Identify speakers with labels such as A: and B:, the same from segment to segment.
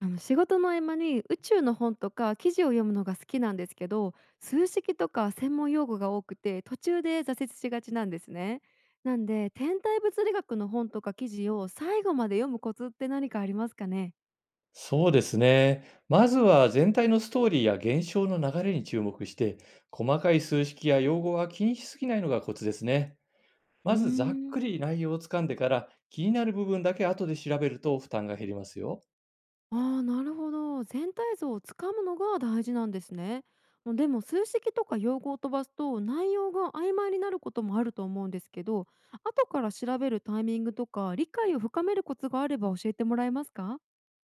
A: 仕事の合間に宇宙の本とか記事を読むのが好きなんですけど、数式とか専門用語が多くて途中で挫折しがちなんですね。なんで天体物理学の本とか記事を最後まで読むコツって何かありますかね？
B: そうですね。まずは全体のストーリーや現象の流れに注目して、細かい数式や用語は気にしすぎないのがコツですね。
A: うー
B: まずざっく
A: ん。
B: り内容をつかんでから、気になる部分だけ後で調べると負担が減りますよ。
A: あーなるほど、全体像をつかむのが大事なんですね。もうでも、数式とか用語を飛ばすと内容が曖昧になることもあると思うんですけど、後から調べるタイミングとか理解を深めるコツがあれば教えてもらえますか？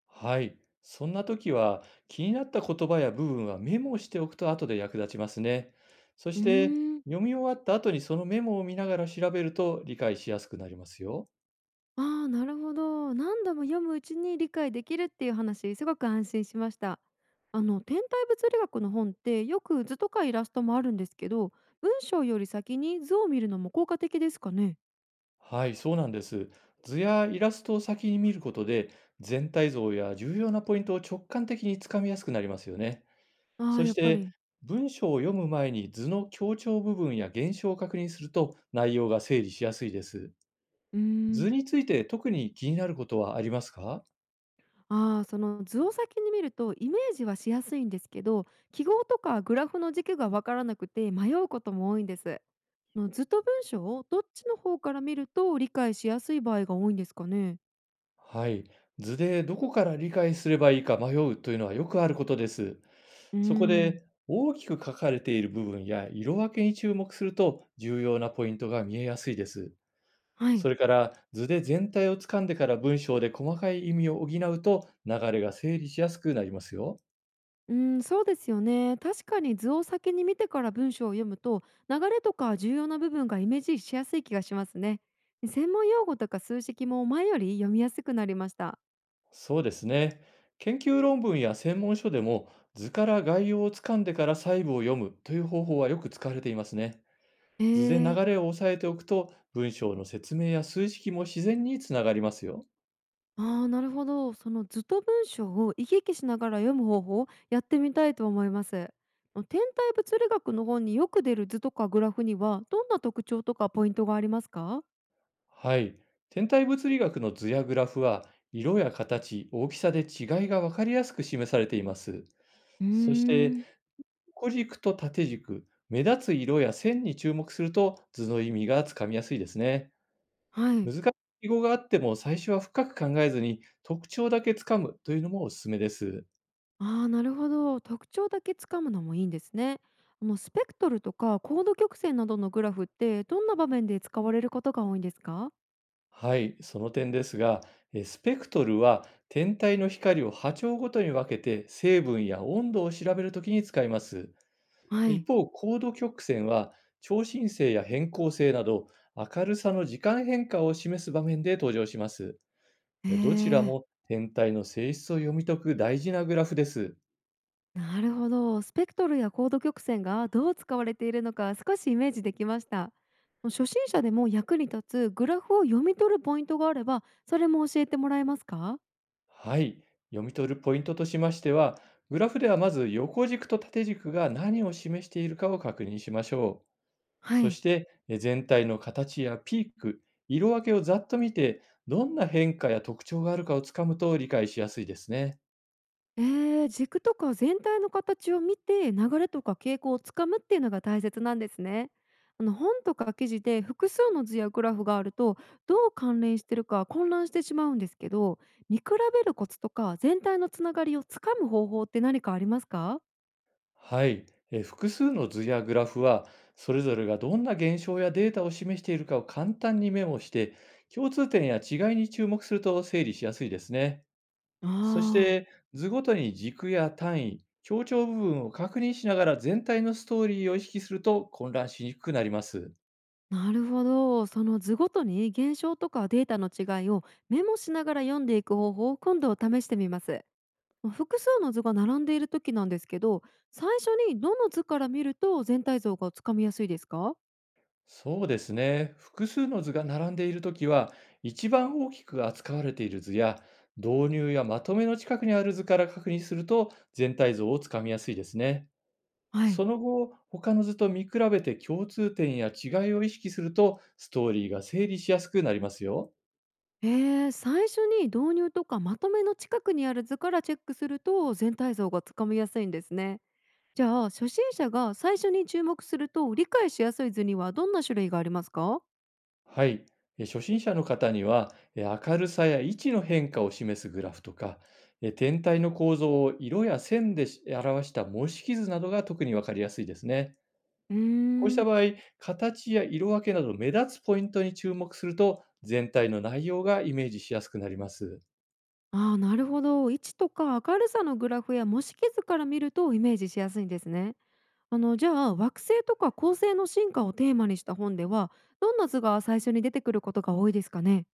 B: はい。そんな時は、気になった言葉や部分はメモをしておくと後で役立ちますね。そ
A: う
B: し
A: ー
B: て、
A: ん、
B: 読み終わった後にそのメモを見ながら調べると理解しやすくなりますよ。
A: ああ、なるほど。何度も読むうちに理解できるっていう話、すごく安心しました。天体物理学の本ってよく図とかイラストもあるんですけど、文章より先に図を見るのも効果的ですかね。
B: はい、そうなんです。図やイラストを先に見ることで、全体像や重要なポイントを直感的につかみやすくなりますよね。
A: ああ、
B: そ
A: や
B: し
A: っぱ
B: て、
A: り。
B: 文章を読む前に図の強調部分や現象を確認すると内容が整理しやすいです。
A: うー
B: 図
A: ん。
B: について特に気になることはありますか？
A: ああ、その図を先に見るとイメージはしやすいんですけど、記号とかグラフの軸がわからなくて迷うことも多いんです。の図と文章をどっちの方から見ると理解しやすい場合が多いんですかね。
B: はい、図でどこから理解すればいいか迷うというのはよくあることです。
A: うー
B: そこ
A: ん。
B: で大きく書かれている部分や色分けに注目すると重要なポイントが見えやすいです。
A: は
B: そ
A: い。
B: れから図で全体をつかんでから文章で細かい意味を補うと流れが整理しやすくなりますよ。
A: うん、そうですよね。確かに図を先に見てから文章を読むと、流れとか重要な部分がイメージしやすい気がしますね。専門用語とか数式も前より読みやすくなりました。
B: そうですね。研究論文や専門書でも、図から概要をつかんでから細部を読むという方法はよく使われていますね。
A: え
B: 図で流
A: ー、
B: れを押さえておくと、文章の説明や数式も自然につながりますよ。
A: あーなるほど。その図と文章を行き来しながら読む方法をやってみたいと思います。天体物理学の本によく出る図とかグラフにはどんな特徴とかポイントがありますか？
B: はい。天体物理学の図やグラフは、色や形、大きさで違いが分かりやすく示されています。
A: うー
B: そして、
A: ん。
B: 横軸と縦軸、目立つ色や線に注目すると図の意味がつかみやすいですね。
A: はい。
B: 難しい記号があっても、最初は深く考えずに特徴だけつかむというのもおすすめです。
A: ああ、なるほど。特徴だけつかむのもいいんですね。スペクトルとか高度曲線などのグラフってどんな場面で使われることが多いんですか？
B: はい、その点ですが、スペクトルは天体の光を波長ごとに分けて成分や温度を調べるときに使います。
A: は
B: 一
A: い。
B: 方、高度曲線は、超新星や偏光性など明るさの時間変化を示す場面で登場します。
A: へ
B: どちら
A: え、
B: も天体の性質を読み解く大事なグラフです。
A: なるほど。スペクトルや高度曲線がどう使われているのか少しイメージできました。初心者でも役に立つグラフを読み取るポイントがあればそれも教えてもらえますか？
B: はい。読み取るポイントとしましては、グラフではまず横軸と縦軸が何を示しているかを確認しましょう。
A: は
B: そし
A: い。
B: て、全体の形やピーク、色分けをざっと見て、どんな変化や特徴があるかをつかむと理解しやすいですね。
A: え軸とか全体の形を見て、流れとか傾向をつかむっていうのが大切なんですね。本とか記事で複数の図やグラフがあると、どう関連してるか混乱してしまうんですけど、見比べるコツとか全体のつながりをつかむ方法って何かありますか？
B: はい、複数の図やグラフは、それぞれがどんな現象やデータを示しているかを簡単にメモして、共通点や違いに注目すると整理しやすいですね。そし
A: ああ、
B: て、図ごとに軸や単位、強調部分を確認しながら全体のストーリーを意識すると混乱しにくくなります。
A: なるほど。その図ごとに現象とかデータの違いをメモしながら読んでいく方法を今度試してみます。まあ、複数の図が並んでいる時なんですけど、最初にどの図から見ると全体像がつかみやすいですか？
B: そうですね。複数の図が並んでいるときは、一番大きく扱われている図や、導入やまとめの近くにある図から確認すると全体像をつかみやすいですね。
A: は
B: そ
A: い。
B: の後、他の図と見比べて共通点や違いを意識すると、ストーリーが整理しやすくなりますよ。
A: 最初に導入とかまとめの近くにある図からチェックすると全体像がつかみやすいんですね。じゃあ初心者が最初に注目すると理解しやすい図にはどんな種類がありますか？
B: はい。初心者の方には、明るさや位置の変化を示すグラフとか、天体の構造を色や線でし表した模式図などが特に分かりやすいですね。
A: うー
B: こうした
A: ん。
B: 場合、形や色分けなど目立つポイントに注目すると、全体の内容がイメージしやすくなります。
A: あーなるほど、位置とか明るさのグラフや模式図から見るとイメージしやすいんですね。じゃあ惑星とか恒星の進化をテーマにした本では、どんな図が最初に出てくることが多いですかね？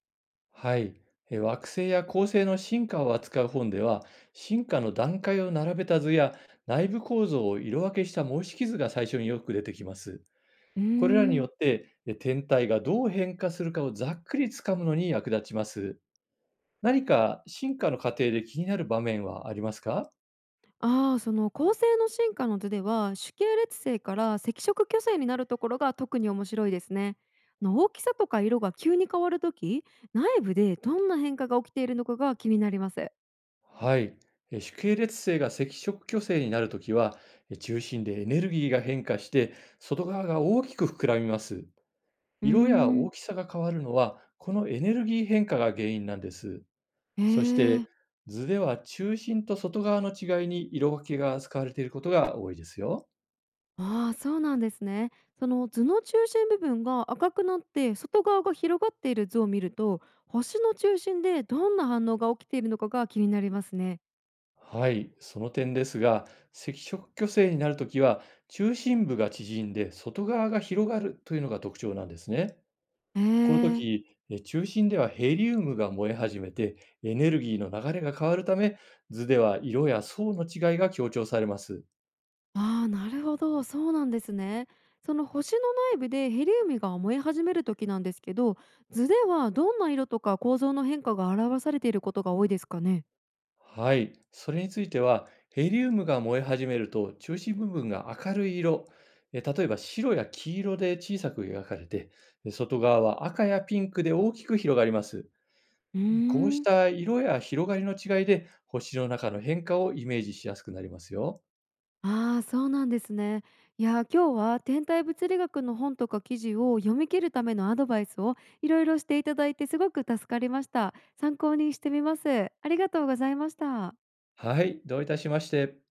B: はい。惑星や恒星の進化を扱う本では、進化の段階を並べた図や、内部構造を色分けした模式図が最初によく出てきます。
A: うー
B: これらに
A: ん。
B: よって、天体がどう変化するかをざっくりつかむのに役立ちます。何か進化の過程で気になる場面はありますか？
A: ああーその恒星の進化の図では主系列星から赤色巨星になるところが特に面白いですね。大きさとか色が急に変わるとき、内部でどんな変化が起きているのかが気になります。
B: はい。主系列星が赤色巨星になるときは、中心でエネルギーが変化して、外側が大きく膨らみます。
A: うー
B: 色や
A: ん。
B: 大きさが変わるのは、このエネルギー変化が原因なんです。
A: へ
B: そして、
A: え。
B: 図では中心と外側の違いに色分けが使われていることが多いですよ。
A: ああ、そうなんですね。その図の中心部分が赤くなって外側が広がっている図を見ると、星の中心でどんな反応が起きているのかが気になりますね。
B: はい、その点ですが、赤色巨星になるときは、中心部が縮んで外側が広がるというのが特徴なんですね。
A: へ
B: この
A: え。
B: 時、中心ではヘリウムが燃え始めて、エネルギーの流れが変わるため、図では色や層の違いが強調されます。
A: ああ、なるほど。そうなんですね。その星の内部でヘリウムが燃え始める時なんですけど、図ではどんな色とか構造の変化が表されていることが多いですかね。
B: はい、それについては、ヘリウムが燃え始めると中心部分が明るい色、例えば白や黄色で小さく描かれて、外側は赤やピンクで大きく広がります。
A: うー
B: こうし
A: ん。
B: た色や広がりの違いで、星の中の変化をイメージしやすくなりますよ。
A: ああ、そうなんですね。いやー、今日は天体物理学の本とか記事を読み切るためのアドバイスをいろいろしていただいてすごく助かりました。参考にしてみます。ありがとうございました。
B: はい、どういたしまして。